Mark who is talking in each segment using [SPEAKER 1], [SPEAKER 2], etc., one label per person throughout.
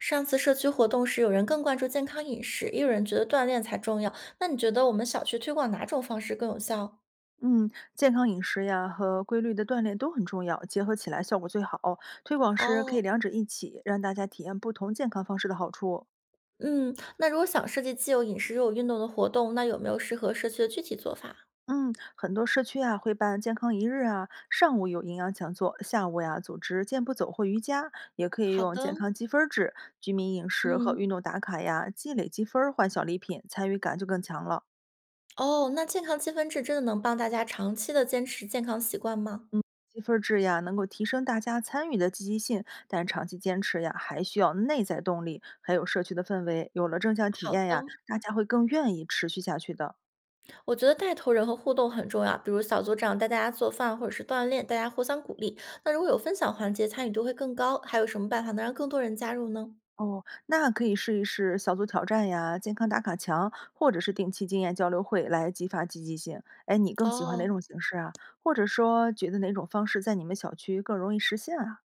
[SPEAKER 1] 上次社区活动时，有人更关注健康饮食，也有人觉得锻炼才重要。那你觉得我们小区推广哪种方式更有效？
[SPEAKER 2] 嗯，健康饮食呀和规律的锻炼都很重要，结合起来效果最好。推广时可以
[SPEAKER 1] 哦，
[SPEAKER 2] 两者一起，让大家体验不同健康方式的好处。
[SPEAKER 1] 嗯，那如果想设计既有饮食又有运动的活动，那有没有适合社区的具体做法？
[SPEAKER 2] 嗯，很多社区啊会办健康一日啊，上午有营养讲座，下午呀组织健步走或瑜伽，也可以
[SPEAKER 1] 好
[SPEAKER 2] 用健
[SPEAKER 1] 的，
[SPEAKER 2] 康积分儿制、居民饮食和
[SPEAKER 1] 嗯，
[SPEAKER 2] 运动打卡呀，积累积分儿换小礼品，参与感就更强了。
[SPEAKER 1] 哦，那健康积分制真的能帮大家长期的坚持健康习惯吗？
[SPEAKER 2] 嗯，积分制呀，能够提升大家参与的积极性，但长期坚持呀，还需要内在动力，还有社区的氛围。有了正向体
[SPEAKER 1] 好
[SPEAKER 2] 验呀，
[SPEAKER 1] 的，
[SPEAKER 2] 大家会更愿意持续下去的。
[SPEAKER 1] 我觉得带头人和互动很重要，比如小组长带大家做饭或者是锻炼，大家互相鼓励。那如果有分享环节，参与度会更高。还有什么办法能让更多人加入呢？
[SPEAKER 2] 哦，那可以试一试小组挑战呀、健康打卡墙，或者是定期经验交流会来激发积极性。哎，你更喜欢哪
[SPEAKER 1] 哦，
[SPEAKER 2] 种形式啊？或者说，觉得哪种方式在你们小区更容易实现啊？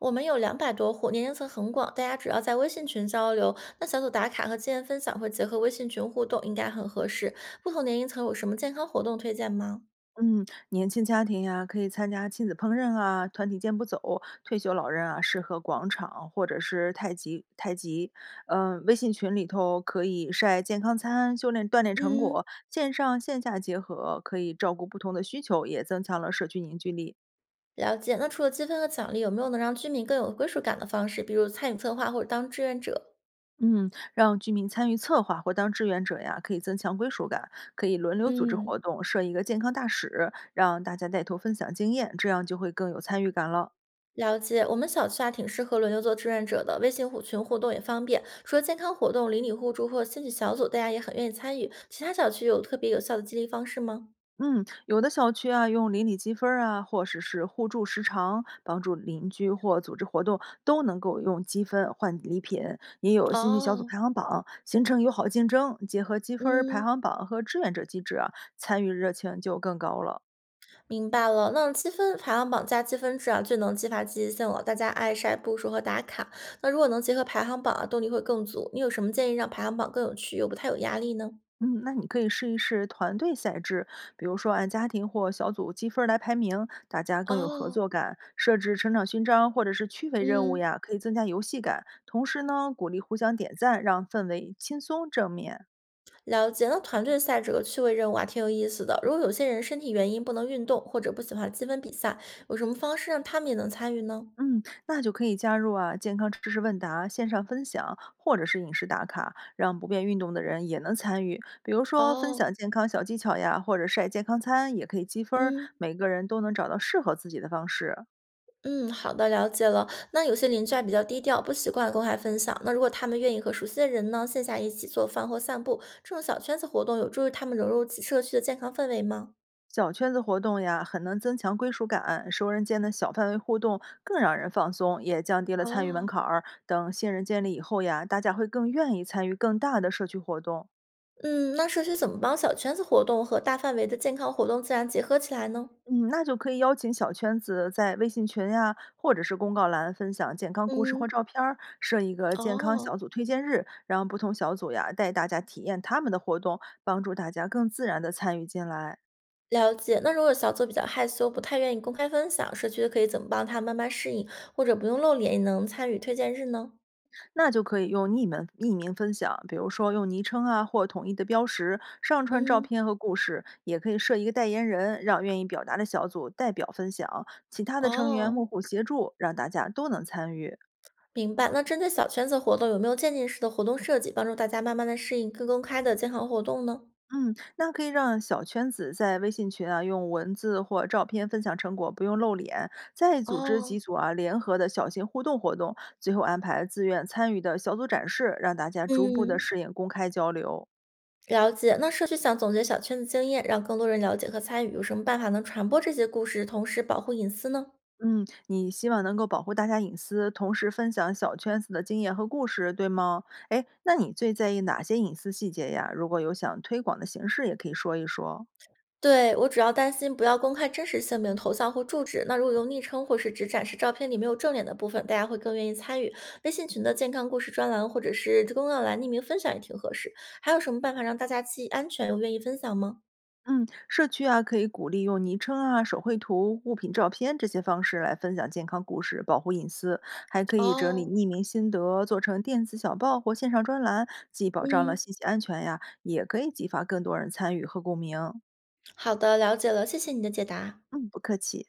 [SPEAKER 1] 我们有200多户，年龄层很广，大家主要在微信群交流。那小组打卡和经验分享会结合微信群互动，应该很合适。不同年龄层有什么健康活动推荐吗？
[SPEAKER 2] 嗯，年轻家庭呀，可以参加亲子烹饪啊、团体健步走；退休老人啊，适合广场或者是太极。太极，嗯、微信群里头可以晒健康餐、修炼锻炼成
[SPEAKER 1] 嗯，
[SPEAKER 2] 果，线上线下结合，可以照顾不同的需求，也增强了社区凝聚力。
[SPEAKER 1] 了解。那除了积分和奖励，有没有能让居民更有归属感的方式，比如参与策划或者当志愿者？
[SPEAKER 2] 嗯，让居民参与策划或当志愿者呀，可以增强归属感，可以轮流组织活
[SPEAKER 1] 嗯，
[SPEAKER 2] 动，设一个健康大使，让大家带头分享经验，这样就会更有参与感了。
[SPEAKER 1] 了解，我们小区啊挺适合轮流做志愿者的，微信互群互动也方便。除了健康活动、邻里互助或兴趣小组，大家也很愿意参与。其他小区有特别有效的激励方式吗？
[SPEAKER 2] 嗯，有的小区啊，用邻里积分儿啊，或者是互助时长，帮助邻居或组织活动，都能够用积分换礼品。也有兴趣小组
[SPEAKER 1] 哦，
[SPEAKER 2] 排行榜，形成友好竞争，结合积分儿排
[SPEAKER 1] 嗯，
[SPEAKER 2] 行榜和志愿者机制啊参与热情就更高了。
[SPEAKER 1] 明白了，那积分排行榜加积分制啊，最能激发积极性了。大家爱晒步数和打卡，那如果能结合排行榜啊，动力会更足。你有什么建议让排行榜更有趣又不太有压力呢？
[SPEAKER 2] 嗯，那你可以试一试团队赛制，比如说按家庭或小组积分儿来排名，大家更有合
[SPEAKER 1] 哦，
[SPEAKER 2] 作感。设置成长勋章或者是趣味任务
[SPEAKER 1] 嗯，
[SPEAKER 2] 呀，可以增加游戏感。同时呢，鼓励互相点赞，让氛围轻松正面。
[SPEAKER 1] 了解。那团队赛这个趣味任务啊，挺有意思的。如果有些人身体原因不能运动，或者不喜欢积分比赛，有什么方式让他们也能参与呢？
[SPEAKER 2] 嗯，那就可以加入啊健康知识问答、线上分享或者是饮食打卡，让不便运动的人也能参与。比如说分
[SPEAKER 1] 哦，
[SPEAKER 2] 享健康小技巧呀，或者晒健康餐，也可以积分儿，
[SPEAKER 1] 嗯。
[SPEAKER 2] 每个人都能找到适合自己的方式。
[SPEAKER 1] 嗯，好的，了解了。那有些邻居啊比较低调，不习惯公开分享。那如果他们愿意和熟悉的人呢，线下一起做饭或散步，这种小圈子活动有助于他们融入其社区的健康氛围吗？
[SPEAKER 2] 小圈子活动呀，很能增强归属感，熟人间的小范围互动更让人放松，也降低了参与门
[SPEAKER 1] 哦，
[SPEAKER 2] 槛儿。等信任建立以后呀，大家会更愿意参与更大的社区活动。
[SPEAKER 1] 嗯，那社区怎么帮小圈子活动和大范围的健康活动自然结合起来呢？
[SPEAKER 2] 嗯，那就可以邀请小圈子在微信群呀，或者是公告栏分享健康故事
[SPEAKER 1] 嗯，
[SPEAKER 2] 或照片儿，设一个健康小
[SPEAKER 1] 哦，
[SPEAKER 2] 组推荐日，让不同小组呀带大家体验他们的活动，帮助大家更自然的参与进来。
[SPEAKER 1] 了解。那如果小组比较害羞，不太愿意公开分享，社区可以怎么帮他慢慢适应，或者不用露脸也能参与推荐日呢？
[SPEAKER 2] 那就可以用匿名分享，比如说用昵称啊或统一的标识上传照
[SPEAKER 1] 嗯，
[SPEAKER 2] 片和故事，也可以设一个代言人，让愿意表达的小组代表分享，其他的成员
[SPEAKER 1] 哦，
[SPEAKER 2] 幕后协助，让大家都能参与。
[SPEAKER 1] 明白。那针对小圈子活动，有没有渐进式的活动设计，帮助大家慢慢的适应更公开的健康活动呢？
[SPEAKER 2] 嗯，那可以让小圈子在微信群啊用文字或照片分享成果，不用露脸，再组织
[SPEAKER 1] 哦，
[SPEAKER 2] 几组啊联合的小型互动活动，最后安排自愿参与的小组展示，让大家逐步的
[SPEAKER 1] 嗯，
[SPEAKER 2] 适应公开交流。
[SPEAKER 1] 了解。那社区想总结小圈子经验，让更多人了解和参与，有什么办法能传播这些故事，同时保护隐私呢？
[SPEAKER 2] 嗯，你希望能够保护大家隐私，同时分享小圈子的经验和故事，对吗？哎，那你最在意哪些隐私细节呀？如果有想推广的形式，也可以说一说。
[SPEAKER 1] 对，我主要担心不要公开真实姓名、头像或住址。那如果用昵称或是只展示照片里没有正脸的部分，大家会更愿意参与。微信群的健康故事专栏或者是公告栏匿名分享也挺合适。还有什么办法让大家既安全又愿意分享吗？
[SPEAKER 2] 嗯，社区啊，可以鼓励用昵称啊、手绘图、物品照片这些方式来分享健康故事，保护隐私，还可以整理
[SPEAKER 1] 哦。
[SPEAKER 2] 匿名心得，做成电子小报或线上专栏，既保障了
[SPEAKER 1] 嗯，
[SPEAKER 2] 信息安全呀，也可以激发更多人参与和共鸣。
[SPEAKER 1] 好的，了解了，谢谢你的解答。
[SPEAKER 2] 嗯，不客气。